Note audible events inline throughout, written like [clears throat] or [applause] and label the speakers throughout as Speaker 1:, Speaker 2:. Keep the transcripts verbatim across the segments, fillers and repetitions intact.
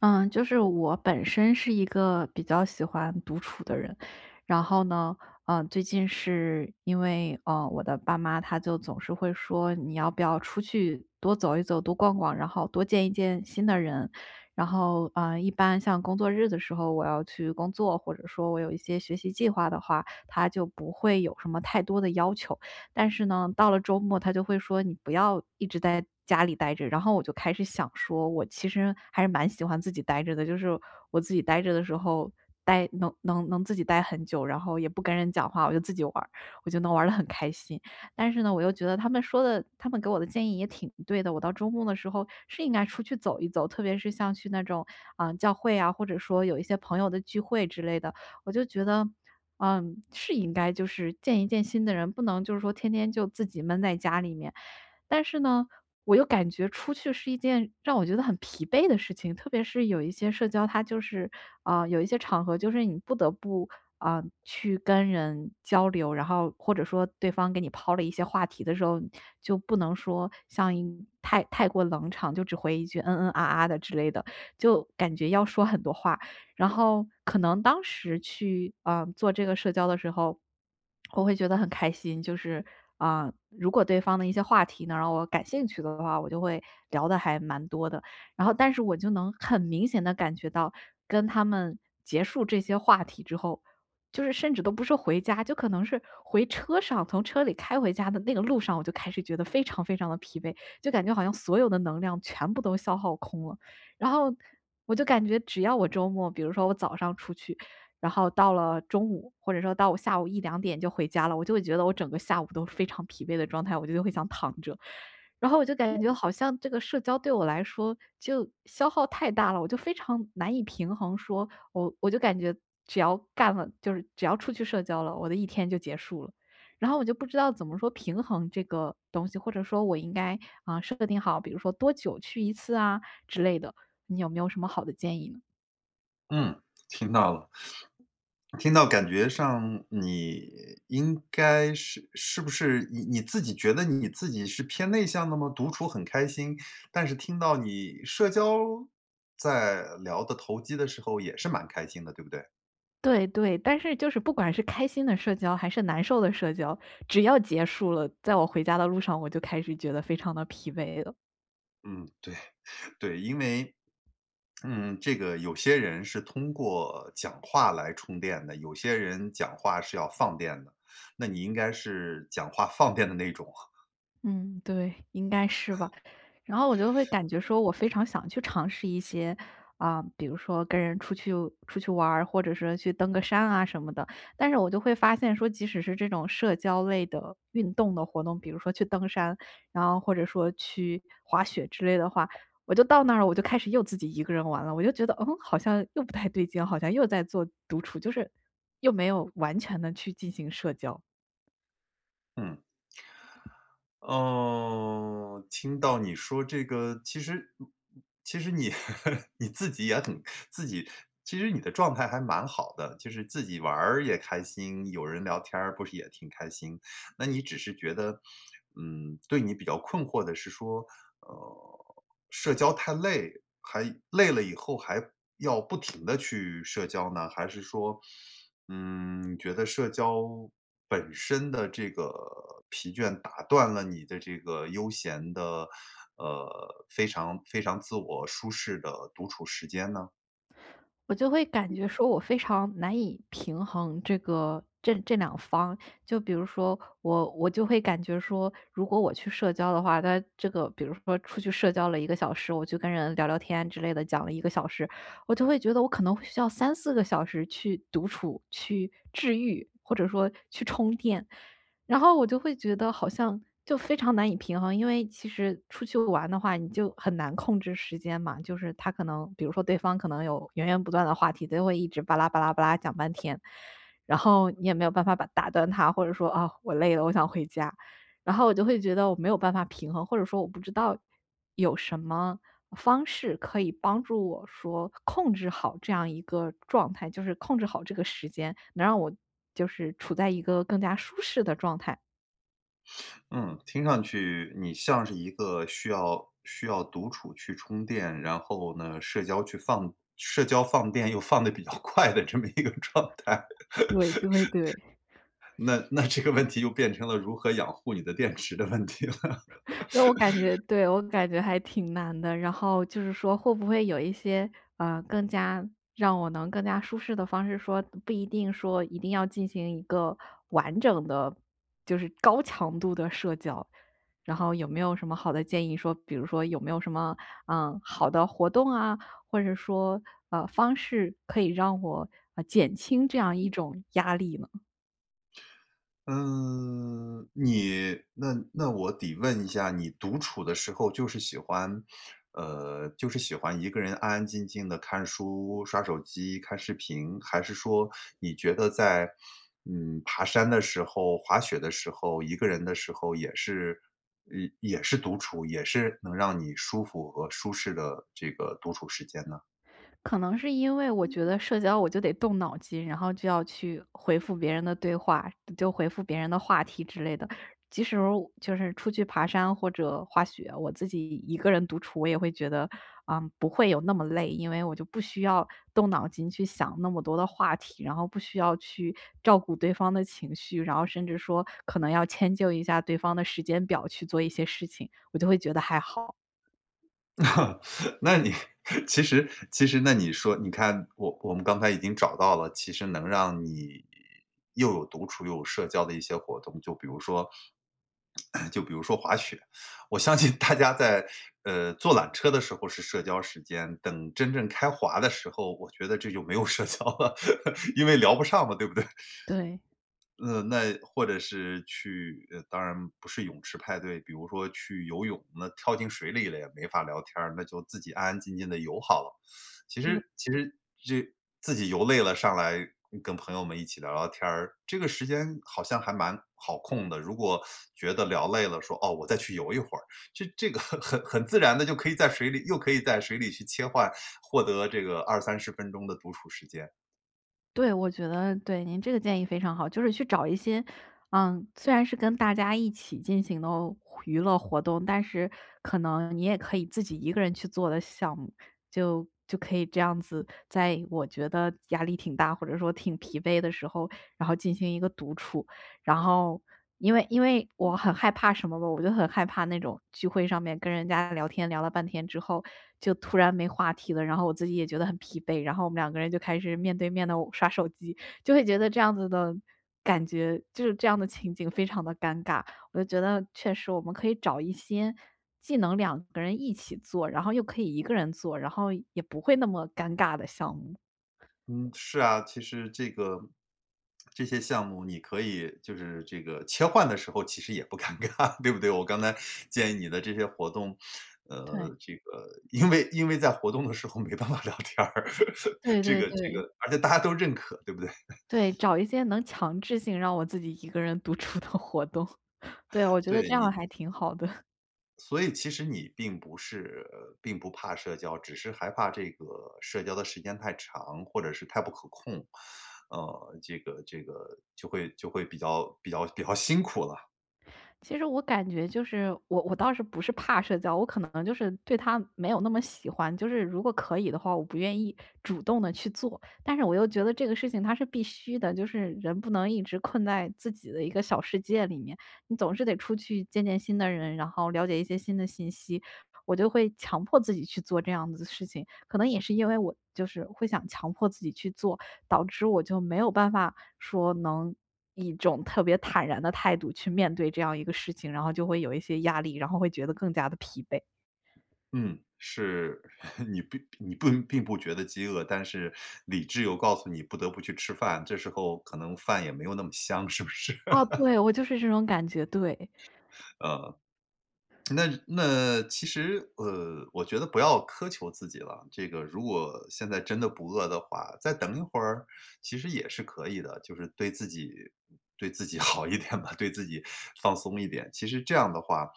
Speaker 1: 嗯，就是我本身是一个比较喜欢独处的人，然后呢，嗯，最近是因为，呃，我的爸妈他就总是会说你要不要出去多走一走、多逛逛，然后多见一见新的人。然后，嗯，一般像工作日的时候，我要去工作，或者说我有一些学习计划的话，他就不会有什么太多的要求。但是呢，到了周末他就会说：“你不要一直在家里待着。”然后我就开始想说，我其实还是蛮喜欢自己待着的，就是我自己待着的时候。待能能能自己待很久，然后也不跟人讲话，我就自己玩儿，我就能玩的很开心。但是呢，我又觉得他们说的，他们给我的建议也挺对的。我到周末的时候是应该出去走一走，特别是像去那种啊、呃教会啊，或者说有一些朋友的聚会之类的，我就觉得，嗯，是应该就是见一见新的人，不能就是说天天就自己闷在家里面。但是呢，我又感觉出去是一件让我觉得很疲惫的事情，特别是有一些社交，它就是啊、呃有一些场合就是你不得不啊、去跟人交流，然后或者说对方给你抛了一些话题的时候，就不能说像一太太过冷场，就只回一句嗯嗯啊啊的之类的，就感觉要说很多话。然后可能当时去，啊，做这个社交的时候，我会觉得很开心，就是，啊，如果对方的一些话题能让我感兴趣的话，我就会聊的还蛮多的。然后但是我就能很明显的感觉到，跟他们结束这些话题之后，就是甚至都不是回家，就可能是回车上，从车里开回家的那个路上，我就开始觉得非常非常的疲惫，就感觉好像所有的能量全部都消耗空了。然后我就感觉只要我周末，比如说我早上出去，然后到了中午，或者说到我下午一两点就回家了，我就会觉得我整个下午都非常疲惫的状态，我就会想躺着。然后我就感觉好像这个社交对我来说就消耗太大了，我就非常难以平衡说，我我就感觉只要干了就是只要出去社交了，我的一天就结束了。然后我就不知道怎么说平衡这个东西，或者说我应该，啊，设定好，比如说多久去一次啊之类的。你有没有什么好的建议呢？
Speaker 2: 嗯，听到了，听到感觉上你应该是是不是你你自己觉得你自己是偏内向的吗？独处很开心，但是听到你社交在聊的投机的时候也是蛮开心的，对不对？
Speaker 1: 对对，但是就是不管是开心的社交还是难受的社交，只要结束了，在我回家的路上，我就开始觉得非常的疲惫了。
Speaker 2: 嗯，对，对，因为，嗯，这个有些人是通过讲话来充电的，有些人讲话是要放电的，那你应该是讲话放电的那种。
Speaker 1: 嗯，对，应该是吧。然后我就会感觉说，我非常想去尝试一些，啊、比如说跟人出去出去玩儿或者是去登个山啊什么的。但是我就会发现说，即使是这种社交类的运动的活动，比如说去登山，然后或者说去滑雪之类的话，我就到那儿了，我就开始又自己一个人玩了。我就觉得，嗯，好像又不太对劲，好像又在做独处，就是又没有完全的去进行社交。
Speaker 2: 嗯。哦，听到你说这个，其实其实你 [laughs] 你自己也很自己其实你的状态还蛮好的，就是自己玩儿也开心，有人聊天儿不是也挺开心。那你只是觉得，嗯，对你比较困惑的是说，呃，社交太累，还累了以后还要不停的去社交呢？还是说嗯，你觉得社交本身的这个疲倦打断了你的这个悠闲的，呃，非常非常自我舒适的独处时间呢？
Speaker 1: 我就会感觉说我非常难以平衡这个这这两方。就比如说我我就会感觉说，如果我去社交的话，他这个比如说出去社交了一个小时，我去跟人聊聊天之类的，讲了一个小时，我就会觉得我可能会需要三四个小时去独处、去治愈，或者说去充电。然后我就会觉得好像就非常难以平衡，因为其实出去玩的话，你就很难控制时间嘛。就是他可能，比如说对方可能有源源不断的话题，都会一直巴拉巴拉巴拉讲半天，然后你也没有办法把打断他，或者说啊我累了，我想回家。然后我就会觉得我没有办法平衡，或者说我不知道有什么方式可以帮助我说控制好这样一个状态，就是控制好这个时间，能让我就是处在一个更加舒适的状态。
Speaker 2: 嗯，听上去你像是一个需要需要独处去充电，然后呢，社交去放社交放电又放的比较 [laughs] 快的这么一个状态，
Speaker 1: 对对对，
Speaker 2: 那那这个问题又变成了如何养护你的电池的问题了。
Speaker 1: 那我感觉对，我感觉还挺难的。然后就是说会不会有一些，呃，更加让我能更加舒适的方式说，不一定说一定要进行一个完整的，就是高强度的社交。然后有没有什么好的建议说，比如说有没有什么，嗯，好的活动啊，或者说，呃，方式可以让我，呃，减轻这样一种压力呢？
Speaker 2: 嗯，你那那我得问一下，你独处的时候就是喜欢，呃，就是喜欢一个人安安静静的看书、刷手机、看视频，还是说你觉得在，嗯，爬山的时候、滑雪的时候、一个人的时候也是，也也是独处，也是能让你舒服和舒适的这个独处时间呢？
Speaker 1: 可能是因为我觉得社交我就得动脑筋，然后就要去回复别人的对话，就回复别人的话题之类的。即使我就是出去爬山或者滑雪，我自己一个人独处，我也会觉得，嗯，不会有那么累，因为我就不需要动脑筋去想那么多的话题，然后不需要去照顾对方的情绪，然后甚至说可能要迁就一下对方的时间表去做一些事情，我就会觉得还好。
Speaker 2: [laughs] 那你 [laughs] 其实其实那你说，你看我我们刚才已经找到了，其实能让你又有独处又有社交的一些活动，就比如说 [clears throat] 就比如说滑雪，我相信大家在呃坐缆车的时候是社交时间，等真正开滑的时候，我觉得这就没有社交了，[laughs] 因为聊不上嘛，对不对？
Speaker 1: 对，
Speaker 2: 呃，那或者是去呃，当然不是泳池派对，比如说去游泳，那跳进水里了也没法聊天儿，那就自己安安静静的游好了。其
Speaker 1: 对。
Speaker 2: 实其实这自己游累了上来跟朋友们一起聊聊天儿，这个时间好像还蛮好控的。如果觉得聊累了，说：“哦，我再去游一会儿。”这这个 [laughs] 很很自然的就可以在水里又可以在水里去切换，获得这个二三十分钟的独处时间。
Speaker 1: 对，我觉得对，您这个建议非常好，就是去找一些，嗯，虽然是跟大家一起进行的娱乐活动，但是可能你也可以自己一个人去做的项目，就就可以这样子，在我觉得压力挺大，或者说挺疲惫的时候，然后进行一个独处。然后因为因为我很害怕什么吧，我就很害怕那种聚会上面跟人家聊天，聊了半天之后，就突然没话题了，然后我自己也觉得很疲惫，然后我们两个人就开始面对面的刷手机，就会觉得这样子的感觉，就是这样的情景非常的尴尬。我就觉得确实我们可以找一些既能两个人一起做，然后又可以一个人做，然后也不会那么尴尬的项目，
Speaker 2: 嗯，是啊，其实这个这些项目你可以就是这个切换的时候其实也不尴尬，[laughs] 对不对？我刚才建议你的这些活动，
Speaker 1: 对。
Speaker 2: 呃，这个因为因为在活动的时候没办法聊天儿，[laughs]
Speaker 1: 对
Speaker 2: 这
Speaker 1: 对
Speaker 2: 个这个，
Speaker 1: 对。
Speaker 2: 而且大家都认可，对不对？
Speaker 1: 对，找一些能强制性让我自己一个人独处的活动。[laughs] 对，我
Speaker 2: [laughs]
Speaker 1: 觉得这
Speaker 2: 对
Speaker 1: 样
Speaker 2: 你，
Speaker 1: 还挺好的。
Speaker 2: 所以其实你并不是呃并不怕社交，只是害怕这个社交的时间太长，或者是太不可控，呃，这个这个就会就会比较比较比较辛苦了。
Speaker 1: 其实我感觉就是我我倒是不是怕社交，我可能就是对他没有那么喜欢，就是如果可以的话，我不愿意主动的去做。但是我又觉得这个事情它是必须的，就是人不能一直困在自己的一个小世界里面，你总是得出去见见新的人，然后了解一些新的信息。我就会强迫自己去做这样子的事情，可能也是因为我就是会想强迫自己去做，导致我就没有办法说能以一种特别坦然的态度去面对这样一个事情，然后就会有一些压力，然后会觉得更加的疲惫。
Speaker 2: 嗯，是 [laughs] 你并你不并不觉得饥饿，但是理智又告诉你不得不去吃饭，这时候可能饭也没有那么香，是不是？
Speaker 1: 哦，
Speaker 2: [laughs]
Speaker 1: 对，我就是这种感觉，对。
Speaker 2: 呃。那那其实，呃，我觉得不要苛求自己了。这个如果现在真的不饿的话，再等一会儿，其实也是可以的。就是对自己对自己 [laughs] 好一点吧，对自己放松一点。其实这样的话，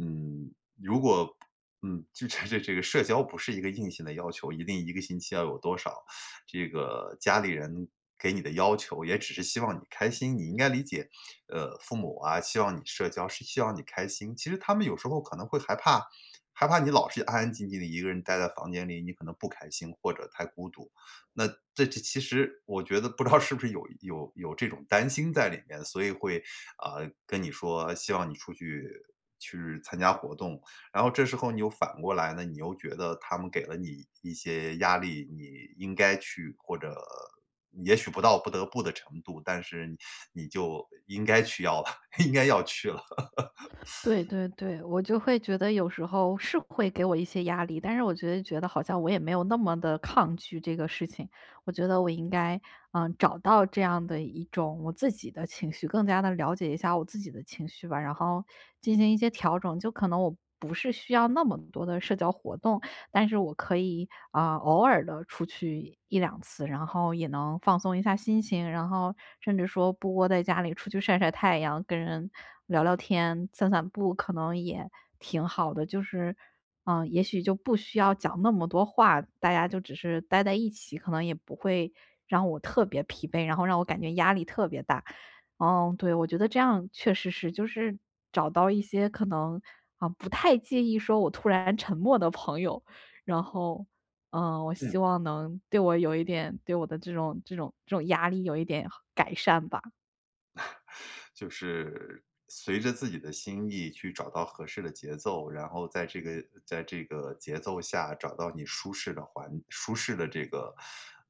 Speaker 2: 嗯，如果嗯，就这这这个社交不是一个硬性的要求，一定一个星期要有多少。这个家里人给你的要求，也只是希望你开心，你应该理解，呃，父母啊，希望你社交，是希望你开心。其实他们有时候可能会害怕，害怕你老是安安静静的一个人待在房间里，你可能不开心或者太孤独。那这这其实我觉得不知道是不是有有有这种担心在里面，所以会，啊，跟你说希望你出去去参加活动，然后这时候你又反过来呢，你又觉得他们给了你一些压力，你应该去或者也许不到不得不的程度，但是你你就应该去要了，[laughs] 应该要去了。
Speaker 1: 对对对，我就会觉得有时候是会给我一些压力，但是我觉得觉得好像我也没有那么的抗拒这个事情。我觉得我应该，嗯找到这样的一种我自己的情绪，更加的了解一下我自己的情绪吧，然后进行一些调整，就可能我不是需要那么多的社交活动。但是我可以啊、呃偶尔的出去一两次，然后也能放松一下心情，然后甚至说不窝在家里出去晒晒太阳，跟人聊聊天、散散步，可能也挺好的。就是，嗯、呃也许就不需要讲那么多话，大家就只是待在一起，可能也不会让我特别疲惫，然后让我感觉压力特别大。嗯，对，我觉得这样确实是，就是找到一些可能啊不太介意说我突然沉默的朋友，然后嗯，我希望能对我有一点对我的这种这种这种压力有一点改善吧。
Speaker 2: 就是随着自己的心意去找到合适的节奏，然后在这个在这个节奏下找到你舒适的环舒适的这个，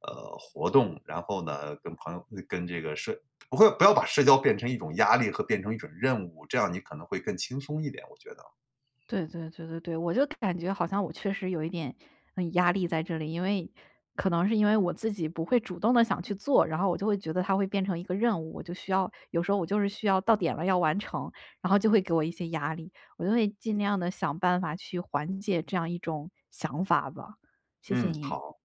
Speaker 2: 呃，活动，然后呢，跟朋友跟这个社不会不要把社交变成一种压力和变成一种任务，这样你可能会更轻松一点，我觉得。
Speaker 1: 对对对对对，我就感觉好像我确实有一点，嗯，压力在这里，因为可能是因为我自己不会主动的想去做，然后我就会觉得它会变成一个任务，我就需要有时候我就是需要到点了要完成，然后就会给我一些压力，我就会尽量的想办法去缓解这样一种想法吧，谢谢
Speaker 2: 嗯，
Speaker 1: 您。
Speaker 2: 好。